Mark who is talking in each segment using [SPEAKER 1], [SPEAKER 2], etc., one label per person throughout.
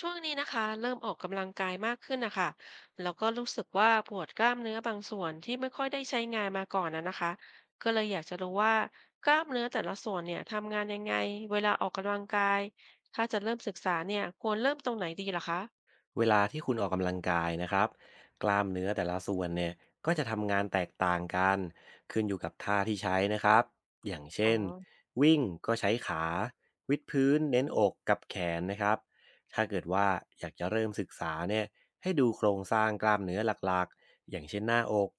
[SPEAKER 1] ช่วงนี้นะคะเริ่มออกกำลังกายมากขึ้นนะคะแล้วก็รู้สึกว่าปวดกล้ามเนื้อบางส่วนที่ไม่ค่อยได้ใช้งานมาก่อนนะคะก็เลยอยากจะรู้ว่ากล้ามเนื้อแต่ละส่วนเนี่ยทำงานยังไงเวลาออกกำลังกายถ้าจะเริ่มศึกษาเนี่ยควรเริ่มตรงไหนดีล่ะคะ
[SPEAKER 2] เวลาที่คุณออกกำลังกายนะครับกล้ามเนื้อแต่ละส่วนเนี่ยก็จะทำงานแตกต่างกันขึ้นอยู่กับท่าที่ใช้นะครับอย่าง
[SPEAKER 1] อ๋
[SPEAKER 2] เช่
[SPEAKER 1] อ
[SPEAKER 2] นวิ่งก็ใช้ขาวิดพื้นเน้นอกกับแขนนะครับถ้าเกิดว่าอยากจะเริ่มศึกษาเนี่ยให้ดูโครงสร้างกล้ามเนื้อหลักๆอย่างเช่นหน้าอก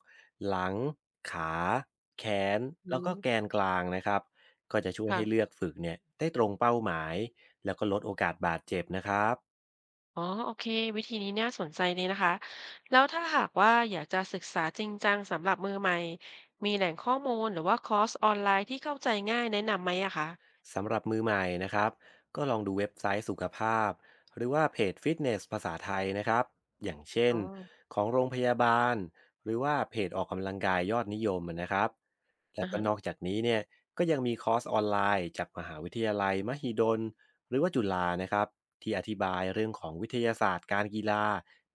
[SPEAKER 2] หลังขาแขน
[SPEAKER 1] อื
[SPEAKER 2] แล้วก็
[SPEAKER 1] ม
[SPEAKER 2] แกนกลางนะครับก็จะช่วยให้เลื
[SPEAKER 1] ค่ะ
[SPEAKER 2] อกฝึกเนี่ยได้ตรงเป้าหมายแล้วก็ลดโอกาสบาดเจ็บนะครับ
[SPEAKER 1] อ๋อโอเควิธีนี้น่าสนใจเลยนะคะแล้วถ้าหากว่าอยากจะศึกษาจริงจังสำหรับมือใหม่มีแหล่งข้อมูลหรือว่าคอร์สออนไลน์ที่เข้าใจง่ายแนะนำไหมอะคะ
[SPEAKER 2] สำหรับมือใหม่นะครับก็ลองดูเว็บไซต์สุขภาพหรือว่าเพจฟิตเนสภาษาไทยนะครับอย่างเช่
[SPEAKER 1] อ๋
[SPEAKER 2] น
[SPEAKER 1] อ
[SPEAKER 2] ของโรงพยาบาลหรือว่าเพจออกกำลังกายยอดนิยมนะครับแล้ว
[SPEAKER 1] อ่า
[SPEAKER 2] ก็
[SPEAKER 1] ฮะ
[SPEAKER 2] นอกจากนี้เนี่ยก็ยังมีคอร์สออนไลน์จากมหาวิทยาลัยมหิดลหรือว่าจุฬานะครับที่อธิบายเรื่องของวิทยาศาสตร์การกีฬา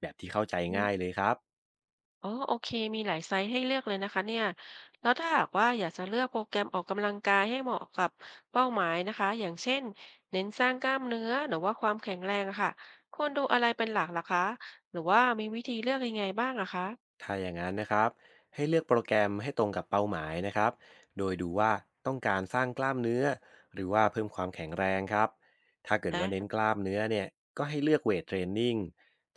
[SPEAKER 2] แบบที่เข้าใจง่ายเลยครับ
[SPEAKER 1] อ๋อโอเคมีหลายไซส์ให้เลือกเลยนะคะเนี่ยแล้วถ้าหากว่าอยากจะเลือกโปรแกรมออกกำลังกายให้เหมาะกับเป้าหมายนะคะอย่างเช่นเน้นสร้างกล้ามเนื้อหรือว่าความแข็งแรงอะค่ะควรดูอะไรเป็นหลักล่ะคะหรือว่ามีวิธีเลือกยังไงบ้างอะคะ
[SPEAKER 2] ถ้าอย่างนั้นนะครับให้เลือกโปรแกรมให้ตรงกับเป้าหมายนะครับโดยดูว่าต้องการสร้างกล้ามเนื้อหรือว่าเพิ่มความแข็งแรงครับถ้าเกิด
[SPEAKER 1] น
[SPEAKER 2] ว่าเน้น
[SPEAKER 1] ะ
[SPEAKER 2] กล้ามเนื้อเนี่ยก็ให้เลือกเวทเทรนนิ่ง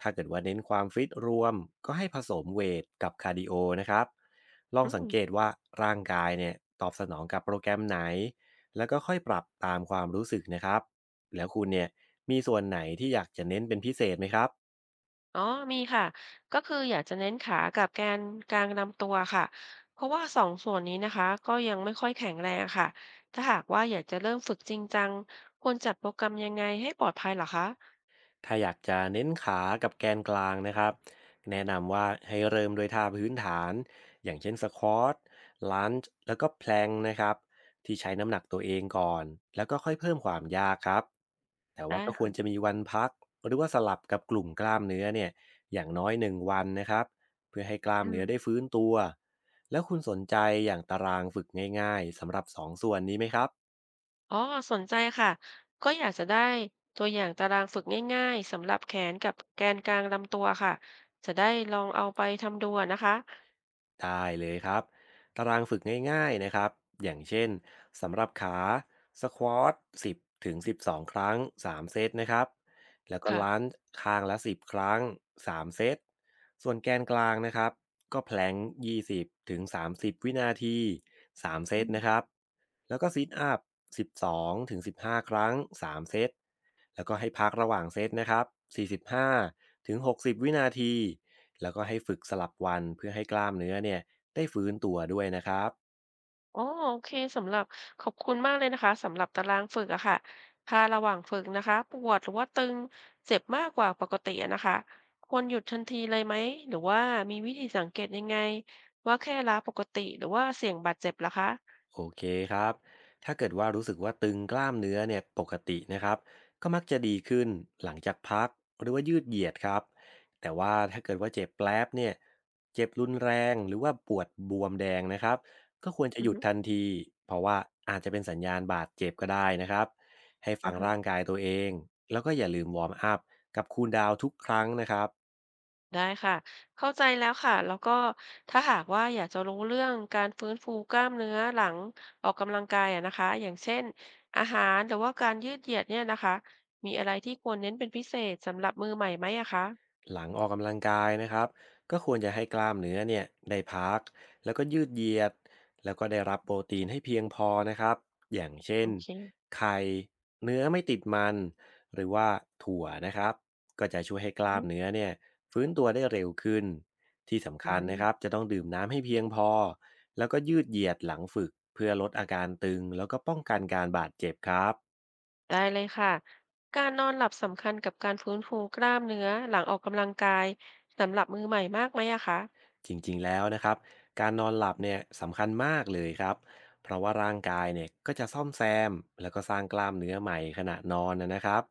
[SPEAKER 2] ถ้าเกิดว่าเน้นความฟิตรวมก็ให้ผสมเวทกับคาร์ดิโอนะครับลอง
[SPEAKER 1] อื
[SPEAKER 2] สัง
[SPEAKER 1] ม
[SPEAKER 2] เกตว่าร่างกายเนี่ยตอบสนองกับโปรแกรมไหนแล้วก็ค่อยปรับตามความรู้สึกนะครับแล้วคุณเนี่ยมีส่วนไหนที่อยากจะเน้นเป็นพิเศษไหมครับ
[SPEAKER 1] อ๋อมีค่ะก็คืออยากจะเน้นขากับแกนกลางลำตัวค่ะเพราะว่าสองส่วนนี้นะคะก็ยังไม่ค่อยแข็งแรงอะค่ะถ้าหากว่าอยากจะเริ่มฝึกจริงจังควรจัดโปรแกรมยังไงให้ปลอดภัยเหรอคะ
[SPEAKER 2] ถ้าอยากจะเน้นขากับแกนกลางนะครับแนะนำว่าให้เริ่มด้วยท่าพื้นฐานอย่างเช่นสควอตลันจ์แล้วก็แพลงนะครับที่ใช้น้ำหนักตัวเองก่อนแล้วก็ค่อยเพิ่มความยากครับแต่ว่า
[SPEAKER 1] ได้
[SPEAKER 2] ก็ควรจะ
[SPEAKER 1] ค่ะ
[SPEAKER 2] มีวันพักหรือว่าสลับกับกลุ่มกล้ามเนื้อเนี่ยอย่างน้อยหนึ่งวันนะครับเพื่อให้กล้าม
[SPEAKER 1] อื
[SPEAKER 2] เนื้อ
[SPEAKER 1] ม
[SPEAKER 2] ได้ฟื้นตัวแล้วคุณสนใจอย่างตารางฝึกง่ายๆสำหรับสองส่วนนี้ไหมครับ
[SPEAKER 1] อ๋อสนใจค่ะก็อยากจะได้ตัวอย่างตารางฝึกง่ายๆสำหรับแขนกับแกนกลางลำตัวค่ะจะได้ลองเอาไปทำดูอะนะคะ
[SPEAKER 2] ได้เลยครับตารางฝึกง่ายๆนะครับอย่างเช่นสำหรับขาสควอต10ถึง12ครั้ง3เซตนะครับแล้วก็
[SPEAKER 1] ค่ะ
[SPEAKER 2] ล้านจ์ข้างละ10ครั้ง3เซตส่วนแกนกลางนะครับก็แพลงก์20ถึง30วินาที3เซ
[SPEAKER 1] อื
[SPEAKER 2] ต
[SPEAKER 1] ม
[SPEAKER 2] นะครับแล้วก็ซิทอัพ12ถึง15ครั้ง3เซตแล้วก็ให้พักระหว่างเซตนะครับ45 ถึง 60 วินาที แล้วก็ให้ฝึกสลับวันเพื่อให้กล้ามเนื้อเนี่ยได้ฟื้นตัวด้วยนะครับ
[SPEAKER 1] อ๋อโอเคสำหรับขอบคุณมากเลยนะคะสำหรับตารางฝึกอะค่ะถ้าระหว่างฝึกนะคะปวดหรือว่าตึงเจ็บมากกว่าปกติอะนะคะควรหยุดทันทีเลยไหมหรือว่ามีวิธีสังเกตยังไงว่าแค่ล้าปกติหรือว่าเสี่ยงบาดเจ็บล่ะคะ
[SPEAKER 2] โอเคครับถ้าเกิดว่ารู้สึกว่าตึงกล้ามเนื้อเนี่ยปกตินะครับก็มักจะดีขึ้นหลังจากพักหรือว่ายืดเหยียดครับแต่ว่าถ้าเกิดว่าเจ็บแปลบเนี่ยเจ็บรุนแรงหรือว่าปวดบวมแดงนะครับก็ควรจะ
[SPEAKER 1] อื
[SPEAKER 2] ห
[SPEAKER 1] อ
[SPEAKER 2] ยุด
[SPEAKER 1] ฮึ
[SPEAKER 2] ทันทีเพราะว่าอาจจะเป็นสัญญาณบาดเจ็บก็ได้นะครับให้ฟั
[SPEAKER 1] อ่า
[SPEAKER 2] ง
[SPEAKER 1] ฮะ
[SPEAKER 2] ร่างกายตัวเองแล้วก็อย่าลืมวอร์มอัพกับคูลดาวน์ทุกครั้งนะครับ
[SPEAKER 1] ได้ค่ะเข้าใจแล้วค่ะแล้วก็ถ้าหากว่าอยากจะรู้เรื่องการฟื้นฟูกล้ามเนื้อหลังออกกำลังกายอะนะคะอย่างเช่นอาหารหรือว่าการยืดเหยียดเนี่ยนะคะมีอะไรที่ควรเน้นเป็นพิเศษสำหรับมือใหม่ไหมอะคะ
[SPEAKER 2] หลังออกกำลังกายนะครับก็ควรจะให้กล้ามเนื้อเนี่ยได้พักแล้วก็ยืดเหยียดแล้วก็ได้รับโปรตีนให้เพียงพอนะครับอย่างเช่น
[SPEAKER 1] โอเค
[SPEAKER 2] ไข่เนื้อไม่ติดมันหรือว่าถั่วนะครับก็จะช่วยให้ก
[SPEAKER 1] อื
[SPEAKER 2] ล้าม
[SPEAKER 1] ม
[SPEAKER 2] เนื้อเนี่ยฟื้นตัวได้เร็วขึ้นที่สำ
[SPEAKER 1] อื
[SPEAKER 2] คัญนะค
[SPEAKER 1] ม
[SPEAKER 2] รับจะต้องดื่มน้ำให้เพียงพอแล้วก็ยืดเหยียดหลังฝึกเพื่อลดอาการตึงแล้วก็ป้องกันการบาดเจ็บครับ
[SPEAKER 1] ได้เลยค่ะการนอนหลับสำคัญกับการฟื้นฟูกล้ามเนื้อหลังออกกำลังกายสำหรับมือใหม่มากไหมอะคะ
[SPEAKER 2] จริงๆแล้วนะครับการนอนหลับเนี่ยสำคัญมากเลยครับเพราะว่าร่างกายเนี่ยก็จะซ่อมแซมแล้วก็สร้างกล้ามเนื้อใหม่ขณะนอนนะครับ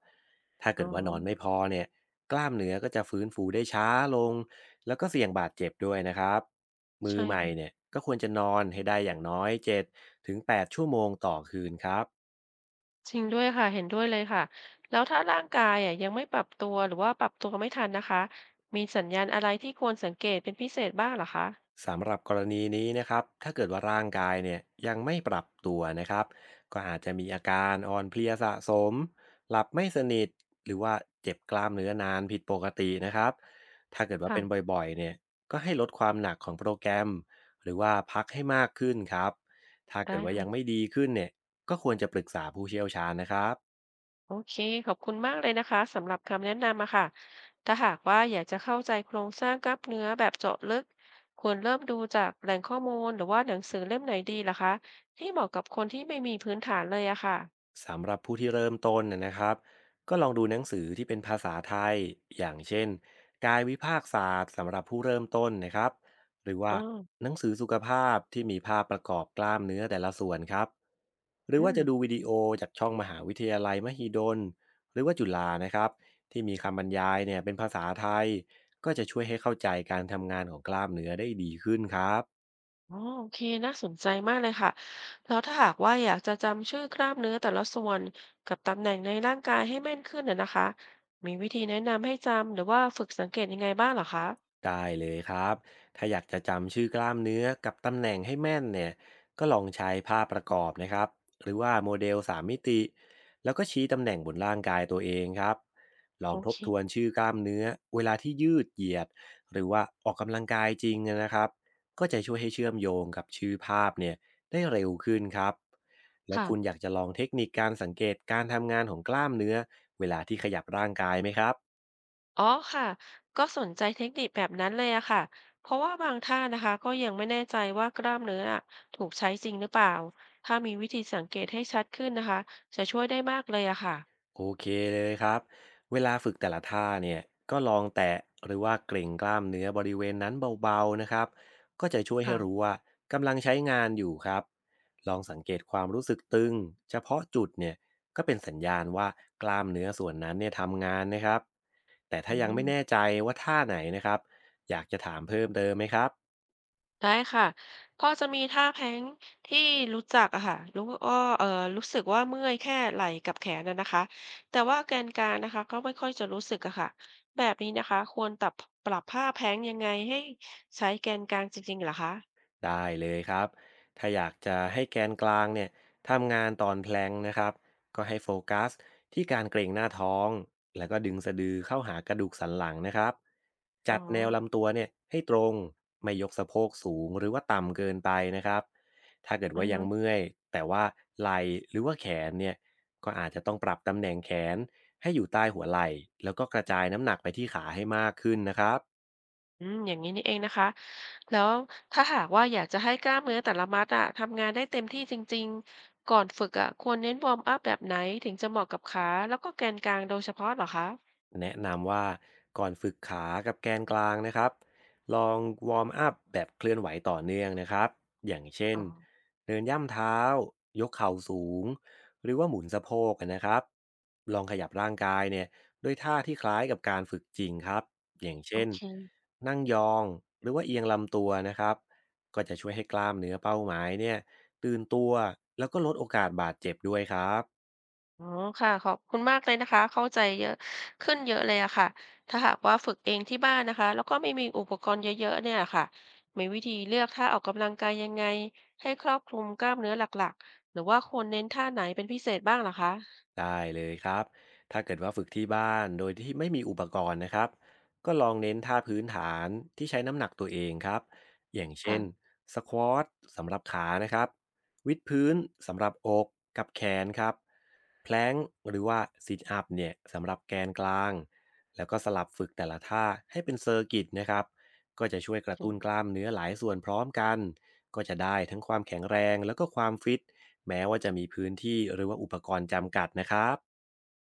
[SPEAKER 2] ถ้าเกิ
[SPEAKER 1] อ๋อ
[SPEAKER 2] ดว่านอนไม่พอเนี่ยกล้ามเนื้อก็จะฟื้นฟูได้ช้าลงแล้วก็เสี่ยงบาดเจ็บด้วยนะครับมือ
[SPEAKER 1] ใช่
[SPEAKER 2] ใหม่เนี่ยก็ควรจะนอนให้ได้อย่างน้อย7ถึง8ชั่วโมงต่อคืนครับ
[SPEAKER 1] จริงด้วยค่ะเห็นด้วยเลยค่ะแล้วถ้าร่างกายอะยังไม่ปรับตัวหรือว่าปรับตัวไม่ทันนะคะมีสัญญาณอะไรที่ควรสังเกตเป็นพิเศษบ้างเหรอคะ
[SPEAKER 2] สำหรับกรณีนี้นะครับถ้าเกิดว่าร่างกายเนี่ยยังไม่ปรับตัวนะครับก็อาจจะมีอาการอ่อนเพลียสะสม หลับไม่สนิทหรือว่าเจ็บกล้ามเนื้อนานผิดปกตินะครับถ้าเกิดว่าเป็น
[SPEAKER 1] ค่ะ
[SPEAKER 2] บ่อยๆเนี่ยก็ให้ลดความหนักของโปรแกรม หรือว่าพักให้มากขึ้นครับถ้าเกิ
[SPEAKER 1] ได้
[SPEAKER 2] ดว่ายังไม่
[SPEAKER 1] ค่ะ
[SPEAKER 2] ดีขึ้นเนี่ยก็ควรจะปรึกษาผู้เชี่ยวชาญนะครับ
[SPEAKER 1] โอเคขอบคุณมากเลยนะคะสำหรับคำแนะนำอะค่ะถ้าหากว่าอยากจะเข้าใจโครงสร้างกล้ามเนื้อแบบเจาะลึกควรเริ่มดูจากแหล่งข้อมูลหรือว่าหนังสือเล่มไหนดีเหรอคะที่เหมาะกับคนที่ไม่มีพื้นฐานเลยอะค่ะ
[SPEAKER 2] สำหรับผู้ที่เริ่มต้นนะครับก็ลองดูหนังสือที่เป็นภาษาไทยอย่างเช่นกายวิภาคศาสตร์สำหรับผู้เริ่มต้นนะครับหรือว่า
[SPEAKER 1] อ๋อ
[SPEAKER 2] หนังสือสุขภาพที่มีภาพประกอบกล้ามเนื้อแต่ละส่วนครับหรือ
[SPEAKER 1] อื
[SPEAKER 2] ว่า
[SPEAKER 1] ม
[SPEAKER 2] จะดูวิดีโอจากช่องมหาวิทยาลัยมหิดลหรือว่าจุฬานะครับที่มีคำบรรยายเนี่ยเป็นภาษาไทยก็จะช่วยให้เข้าใจการทำงานของกล้ามเนื้อได้ดีขึ้นครับ
[SPEAKER 1] อ๋อโอเค น่าสนใจมากเลยค่ะแล้วถ้าหากว่าอยากจะจำชื่อกล้ามเนื้อแต่ละส่วนกับตำแหน่งในร่างกายให้แม่นขึ้นน่ะนะคะมีวิธีแนะนำให้จำหรือว่าฝึกสังเกตยังไงบ้างเหรอคะ
[SPEAKER 2] ได้เลยครับถ้าอยากจะจำชื่อกล้ามเนื้อกับตำแหน่งให้แม่นเนี่ยก็ลองใช้ภาพประกอบนะครับหรือว่าโมเดล3มมิติ แล้วก็ชี้ตำแหน่งบนร่างกายตัวเองครับลอง
[SPEAKER 1] โอ
[SPEAKER 2] ท
[SPEAKER 1] เค
[SPEAKER 2] บทวนชื่อกล้ามเนื้อเวลาที่ยืดเหยียดหรือว่าออกกำลังกายจริงนะครับก็จะช่วยให้เชื่อมโยงกับชื่อภาพเนี่ยได้เร็วขึ้นครับแล้ว
[SPEAKER 1] ค่ะ
[SPEAKER 2] คุณอยากจะลองเทคนิคการสังเกตการทำงานของกล้ามเนื้อเวลาที่ขยับร่างกายไหมครับ
[SPEAKER 1] อ๋อค่ะก็สนใจเทคนิคแบบนั้นเลยอะค่ะเพราะว่าบางท่านะคะก็ยังไม่แน่ใจว่ากล้ามเนื้ออะถูกใช้จริงหรือเปล่าถ้ามีวิธีสังเกตให้ชัดขึ้นนะคะจะช่วยได้มากเลยอะค่ะ
[SPEAKER 2] โอเคเลยครับเวลาฝึกแต่ละท่าเนี่ยก็ลองแตะหรือว่าเกร็งกล้ามเนื้อบริเวณนั้นเบาๆนะครับก็จะช่วยให้รู้
[SPEAKER 1] ค่ะ
[SPEAKER 2] ว่ากำลังใช้งานอยู่ครับลองสังเกตความรู้สึกตึงเฉพาะจุดเนี่ยก็เป็นสัญญาณว่ากล้ามเนื้อส่วนนั้นเนี่ยทำงานนะครับแต่ถ้า
[SPEAKER 1] อื
[SPEAKER 2] ยังไม่
[SPEAKER 1] ม
[SPEAKER 2] แน่ใจว่าท่าไหนนะครับอยากจะถามเพิ่มเติมไหมครับ
[SPEAKER 1] ได้ค่ะก็จะมีท่าแพ้งที่รู้จักอะค่ะรู้ว่าเออรู้สึกว่าเมื่อยแค่ไหล่กับแขนนะคะแต่ว่าแกนกลางนะคะก็ไม่ค่อยจะรู้สึกอะค่ะแบบนี้นะคะควรปรับท่าแพ้งยังไงให้ใช้แกนกลางจริงๆเหรอคะ
[SPEAKER 2] ได้เลยครับ ถ้าอยากจะให้แกนกลางเนี่ยทำงานตอนแพลงก์นะครับก็ให้โฟกัสที่การเกร็งหน้าท้องแล้วก็ดึงสะดือเข้าหากระดูกสันหลังนะครับ
[SPEAKER 1] อ๋
[SPEAKER 2] จั
[SPEAKER 1] อ
[SPEAKER 2] ดแนวลำตัวเนี่ยให้ตรง ไม่ยกสะโพกสูงหรือว่าต่ำเกินไปนะครับถ้าเกิด
[SPEAKER 1] อื
[SPEAKER 2] ว่า
[SPEAKER 1] อ
[SPEAKER 2] ยัง
[SPEAKER 1] ฮะ
[SPEAKER 2] เมื่อยแต่ว่าไหล่หรือว่าแขนเนี่ยก็อาจจะต้องปรับตำแหน่งแขนให้อยู่ใต้หัวไหล่แล้วก็กระจายน้ำหนักไปที่ขาให้มากขึ้นนะครับ
[SPEAKER 1] อืมอย่างนี้นี่เองนะคะแล้วถ้าหากว่าอยากจะให้กล้ามเนื้อแต่ละมัดอะทำงานได้เต็มที่จริงๆก่อนฝึกอะควรเน้นวอร์มอัพแบบไหนถึงจะเหมาะกับขาแล้วก็แกนกลางโดยเฉพาะเหรอคะ
[SPEAKER 2] แนะนำว่าก่อนฝึกขากับแกนกลางนะครับลองวอร์มอัพแบบเคลื่อนไหวต่อเนื่องนะครับอย่างเช่น
[SPEAKER 1] อ๋อ
[SPEAKER 2] เดินย่ำเท้ายกเข่าสูงหรือว่าหมุนสะโพกนะครับลองขยับร่างกายเนี่ยด้วยท่าที่คล้ายกับการฝึกจริงครับอย่าง
[SPEAKER 1] โอ
[SPEAKER 2] เช่น
[SPEAKER 1] เค
[SPEAKER 2] นั่งยองหรือว่าเอียงลำตัวนะครับก็จะช่วยให้กล้ามเนื้อเป้าหมายเนี่ยตื่นตัวแล้วก็ลดโอกาสบาดเจ็บด้วยครับ
[SPEAKER 1] อ๋อค่ะขอบคุณมากเลยนะคะเข้าใจเยอะขึ้นเยอะเลยอะค่ะถ้าหากว่าฝึกเองที่บ้านนะคะแล้วก็ไม่มีอุปกรณ์เยอะๆเนี่ยค่ะมีวิธีเลือกท่าออกกำลังกายยังไงให้ครอบคลุมกล้ามเนื้อหลักๆหรือว่าควรเน้นท่าไหนเป็นพิเศษบ้างเหรอคะ
[SPEAKER 2] ได้เลยครับ ถ้าเกิดว่าฝึกที่บ้านโดยที่ไม่มีอุปกรณ์นะครับ ก็ลองเน้นท่าพื้นฐานที่ใช้น้ำหนักตัวเองครับ อย่างเช่น
[SPEAKER 1] ค่ะ
[SPEAKER 2] สควอตสำหรับขานะครับวิดพื้นสำหรับอกกับแขนครับแพลงหรือว่าซิทอัพเนี่ยสำหรับแกนกลาง แล้วก็สลับฝึกแต่ละท่าให้เป็นเซอร์กิตนะครับ ก็จะช่วยกระ
[SPEAKER 1] อื
[SPEAKER 2] ตุ้นก
[SPEAKER 1] ม
[SPEAKER 2] ล้ามเนื้อหลายส่วนพร้อมกันก็จะได้ทั้งความแข็งแรงแล้วก็ความฟิตแม้ว่าจะมีพื้นที่หรือว่าอุปกรณ์จำกัดนะครับ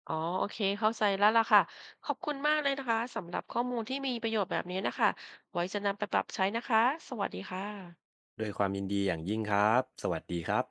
[SPEAKER 1] อ๋อโอเคเข้าใจแล้วล่ะค่ะขอบคุณมากเลยนะคะสำหรับข้อมูลที่มีประโยชน์แบบนี้นะคะไว้จะนำไปปรับใช้นะคะสวัสดีค่ะ
[SPEAKER 2] ด้วยความยินดีอย่างยิ่งครับสวัสดีครับ